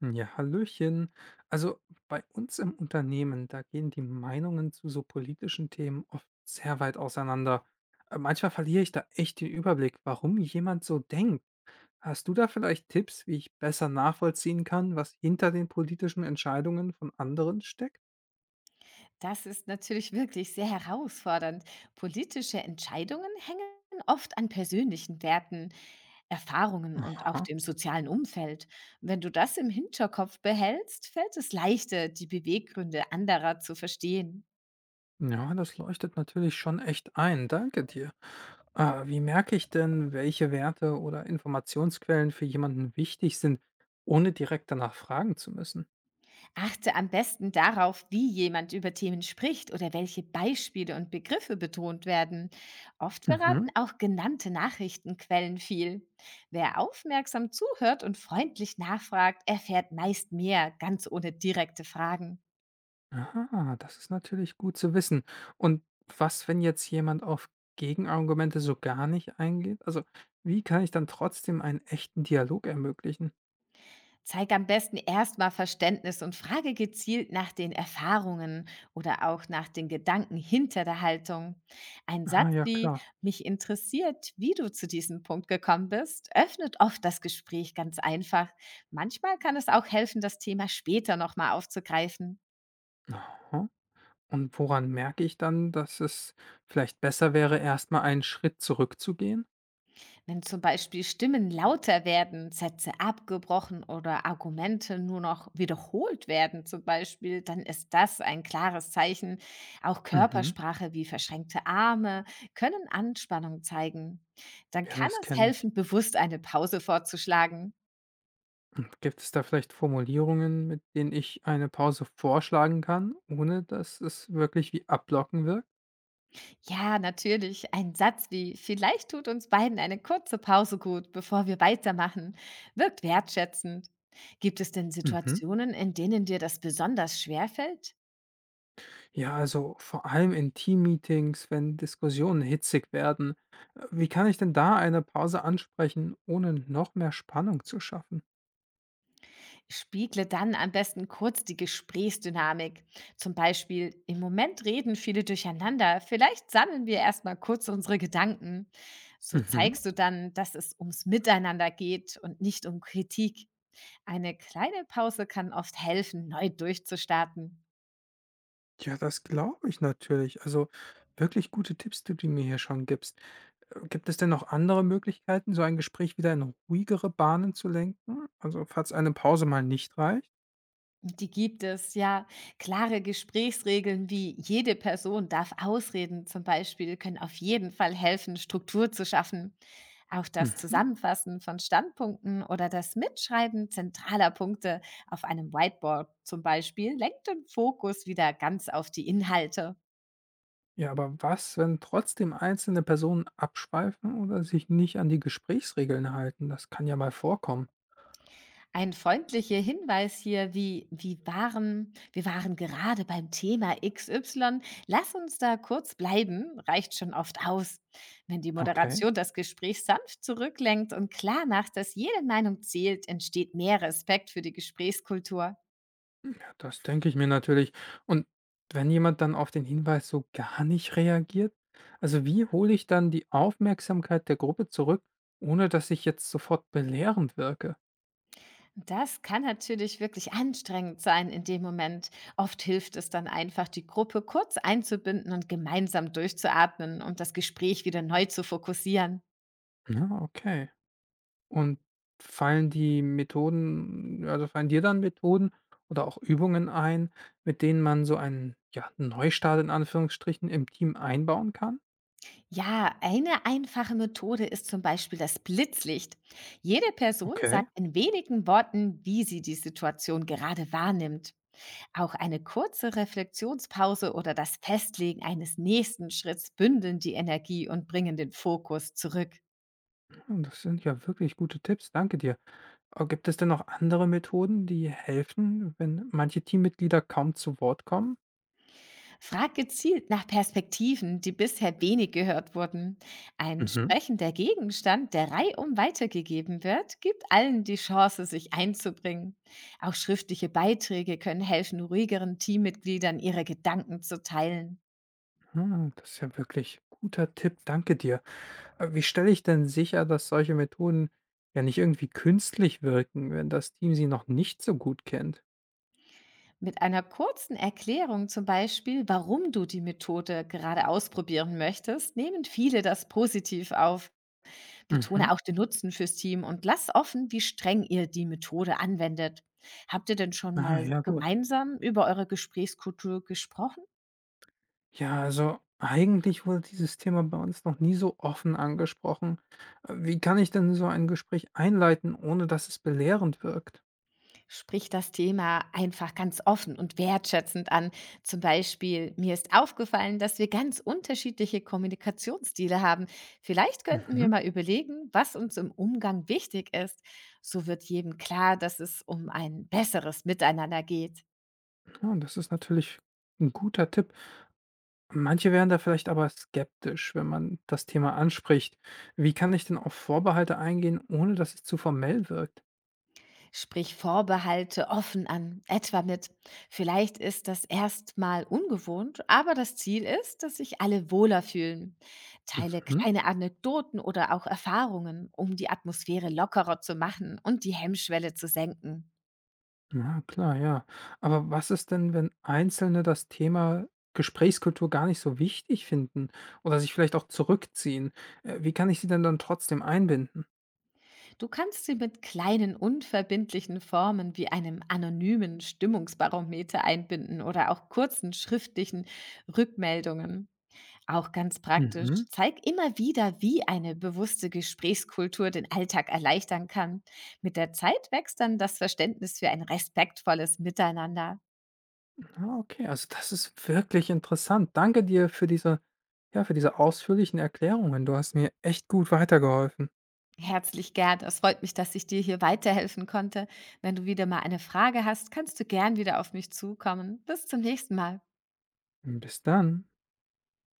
Hm, ja, hallöchen. Also bei uns im Unternehmen, da gehen die Meinungen zu so politischen Themen oft sehr weit auseinander. Manchmal verliere ich da echt den Überblick, warum jemand so denkt. Hast du da vielleicht Tipps, wie ich besser nachvollziehen kann, was hinter den politischen Entscheidungen von anderen steckt? Das ist natürlich wirklich sehr herausfordernd. Politische Entscheidungen hängen oft an persönlichen Werten, Erfahrungen und auch Aha. dem sozialen Umfeld. Wenn du das im Hinterkopf behältst, fällt es leichter, die Beweggründe anderer zu verstehen. Ja, das leuchtet natürlich schon echt ein. Danke dir. Wie merke ich denn, welche Werte oder Informationsquellen für jemanden wichtig sind, ohne direkt danach fragen zu müssen? Achte am besten darauf, wie jemand über Themen spricht oder welche Beispiele und Begriffe betont werden. Oft verraten Mhm. auch genannte Nachrichtenquellen viel. Wer aufmerksam zuhört und freundlich nachfragt, erfährt meist mehr, ganz ohne direkte Fragen. Aha, das ist natürlich gut zu wissen. Und was, wenn jetzt jemand auf Gegenargumente so gar nicht eingeht? Also, wie kann ich dann trotzdem einen echten Dialog ermöglichen? Zeig am besten erstmal Verständnis und frage gezielt nach den Erfahrungen oder auch nach den Gedanken hinter der Haltung. Ein Ah, Satz ja, wie klar. mich interessiert, wie du zu diesem Punkt gekommen bist, öffnet oft das Gespräch ganz einfach. Manchmal kann es auch helfen, das Thema später nochmal aufzugreifen. Aha. Und woran merke ich dann, dass es vielleicht besser wäre, erstmal einen Schritt zurückzugehen? Wenn zum Beispiel Stimmen lauter werden, Sätze abgebrochen oder Argumente nur noch wiederholt werden zum Beispiel, dann ist das ein klares Zeichen. Auch Mhm. Körpersprache wie verschränkte Arme können Anspannung zeigen. Dann Ja, kann das es kenne ich. helfen, bewusst eine Pause vorzuschlagen. Und gibt es da vielleicht Formulierungen, mit denen ich eine Pause vorschlagen kann, ohne dass es wirklich wie ablocken wirkt? Ja, natürlich, ein Satz wie vielleicht tut uns beiden eine kurze Pause gut, bevor wir weitermachen, wirkt wertschätzend. Gibt es denn Mhm. Situationen, in denen dir das besonders schwer fällt? Ja, also vor allem in Teammeetings, wenn Diskussionen hitzig werden. Wie kann ich denn da eine Pause ansprechen, ohne noch mehr Spannung zu schaffen? Spiegle dann am besten kurz die Gesprächsdynamik. Zum Beispiel, im Moment reden viele durcheinander, vielleicht sammeln wir erstmal kurz unsere Gedanken. So Mhm. zeigst du dann, dass es ums Miteinander geht und nicht um Kritik. Eine kleine Pause kann oft helfen, neu durchzustarten. Ja, das glaube ich natürlich. Also wirklich gute Tipps, die du mir hier schon gibst. Gibt es denn noch andere Möglichkeiten, so ein Gespräch wieder in ruhigere Bahnen zu lenken? Also falls eine Pause mal nicht reicht? Die gibt es, ja. Klare Gesprächsregeln wie jede Person darf ausreden zum Beispiel können auf jeden Fall helfen, Struktur zu schaffen. Auch das Mhm. Zusammenfassen von Standpunkten oder das Mitschreiben zentraler Punkte auf einem Whiteboard zum Beispiel lenkt den Fokus wieder ganz auf die Inhalte. Ja, aber was, wenn trotzdem einzelne Personen abschweifen oder sich nicht an die Gesprächsregeln halten? Das kann ja mal vorkommen. Ein freundlicher Hinweis hier, wie, wir waren gerade beim Thema XY. Lass uns da kurz bleiben, reicht schon oft aus. Wenn die Okay. Moderation das Gespräch sanft zurücklenkt und klar macht, dass jede Meinung zählt, entsteht mehr Respekt für die Gesprächskultur. Das denke ich mir natürlich. Und wenn jemand dann auf den Hinweis so gar nicht reagiert? Also wie hole ich dann die Aufmerksamkeit der Gruppe zurück, ohne dass ich jetzt sofort belehrend wirke? Das kann natürlich wirklich anstrengend sein in dem Moment. Oft hilft es dann einfach, die Gruppe kurz einzubinden und gemeinsam durchzuatmen, um das Gespräch wieder neu zu fokussieren. Ja, okay. Und fallen dir dann Methoden oder auch Übungen ein, mit denen man so einen ja, Neustart in Anführungsstrichen im Team einbauen kann? Ja, eine einfache Methode ist zum Beispiel das Blitzlicht. Jede Person Okay. sagt in wenigen Worten, wie sie die Situation gerade wahrnimmt. Auch eine kurze Reflexionspause oder das Festlegen eines nächsten Schritts bündeln die Energie und bringen den Fokus zurück. Ja, das sind ja wirklich gute Tipps. Danke dir. Aber gibt es denn noch andere Methoden, die helfen, wenn manche Teammitglieder kaum zu Wort kommen? Frag gezielt nach Perspektiven, die bisher wenig gehört wurden. Ein Mhm. sprechender Gegenstand, der reihum weitergegeben wird, gibt allen die Chance, sich einzubringen. Auch schriftliche Beiträge können helfen, ruhigeren Teammitgliedern ihre Gedanken zu teilen. Hm, das ist ja wirklich guter Tipp, danke dir. Wie stelle ich denn sicher, dass solche Methoden ja nicht irgendwie künstlich wirken, wenn das Team sie noch nicht so gut kennt? Mit einer kurzen Erklärung zum Beispiel, warum du die Methode gerade ausprobieren möchtest, nehmen viele das positiv auf. Mhm. Betone auch den Nutzen fürs Team und lass offen, wie streng ihr die Methode anwendet. Habt ihr denn schon Ah, mal ja, gut. gemeinsam über eure Gesprächskultur gesprochen? Ja, also eigentlich wurde dieses Thema bei uns noch nie so offen angesprochen. Wie kann ich denn so ein Gespräch einleiten, ohne dass es belehrend wirkt? Sprich das Thema einfach ganz offen und wertschätzend an. Zum Beispiel, mir ist aufgefallen, dass wir ganz unterschiedliche Kommunikationsstile haben. Vielleicht könnten wir Mhm. mal überlegen, was uns im Umgang wichtig ist. So wird jedem klar, dass es um ein besseres Miteinander geht. Ja, das ist natürlich ein guter Tipp. Manche wären da vielleicht aber skeptisch, wenn man das Thema anspricht. Wie kann ich denn auf Vorbehalte eingehen, ohne dass es zu formell wirkt? Sprich Vorbehalte offen an, etwa mit, vielleicht ist das erstmal ungewohnt, aber das Ziel ist, dass sich alle wohler fühlen. Teile Mhm. kleine Anekdoten oder auch Erfahrungen, um die Atmosphäre lockerer zu machen und die Hemmschwelle zu senken. Na klar, ja. Aber was ist denn, wenn Einzelne das Thema Gesprächskultur gar nicht so wichtig finden oder sich vielleicht auch zurückziehen? Wie kann ich sie denn dann trotzdem einbinden? Du kannst sie mit kleinen unverbindlichen Formen wie einem anonymen Stimmungsbarometer einbinden oder auch kurzen schriftlichen Rückmeldungen. Auch ganz praktisch. Mhm. Zeig immer wieder, wie eine bewusste Gesprächskultur den Alltag erleichtern kann. Mit der Zeit wächst dann das Verständnis für ein respektvolles Miteinander. Ah, okay, also das ist wirklich interessant. Danke dir für diese, ja, für diese ausführlichen Erklärungen. Du hast mir echt gut weitergeholfen. Herzlich gern. Es freut mich, dass ich dir hier weiterhelfen konnte. Wenn du wieder mal eine Frage hast, kannst du gern wieder auf mich zukommen. Bis zum nächsten Mal. Bis dann.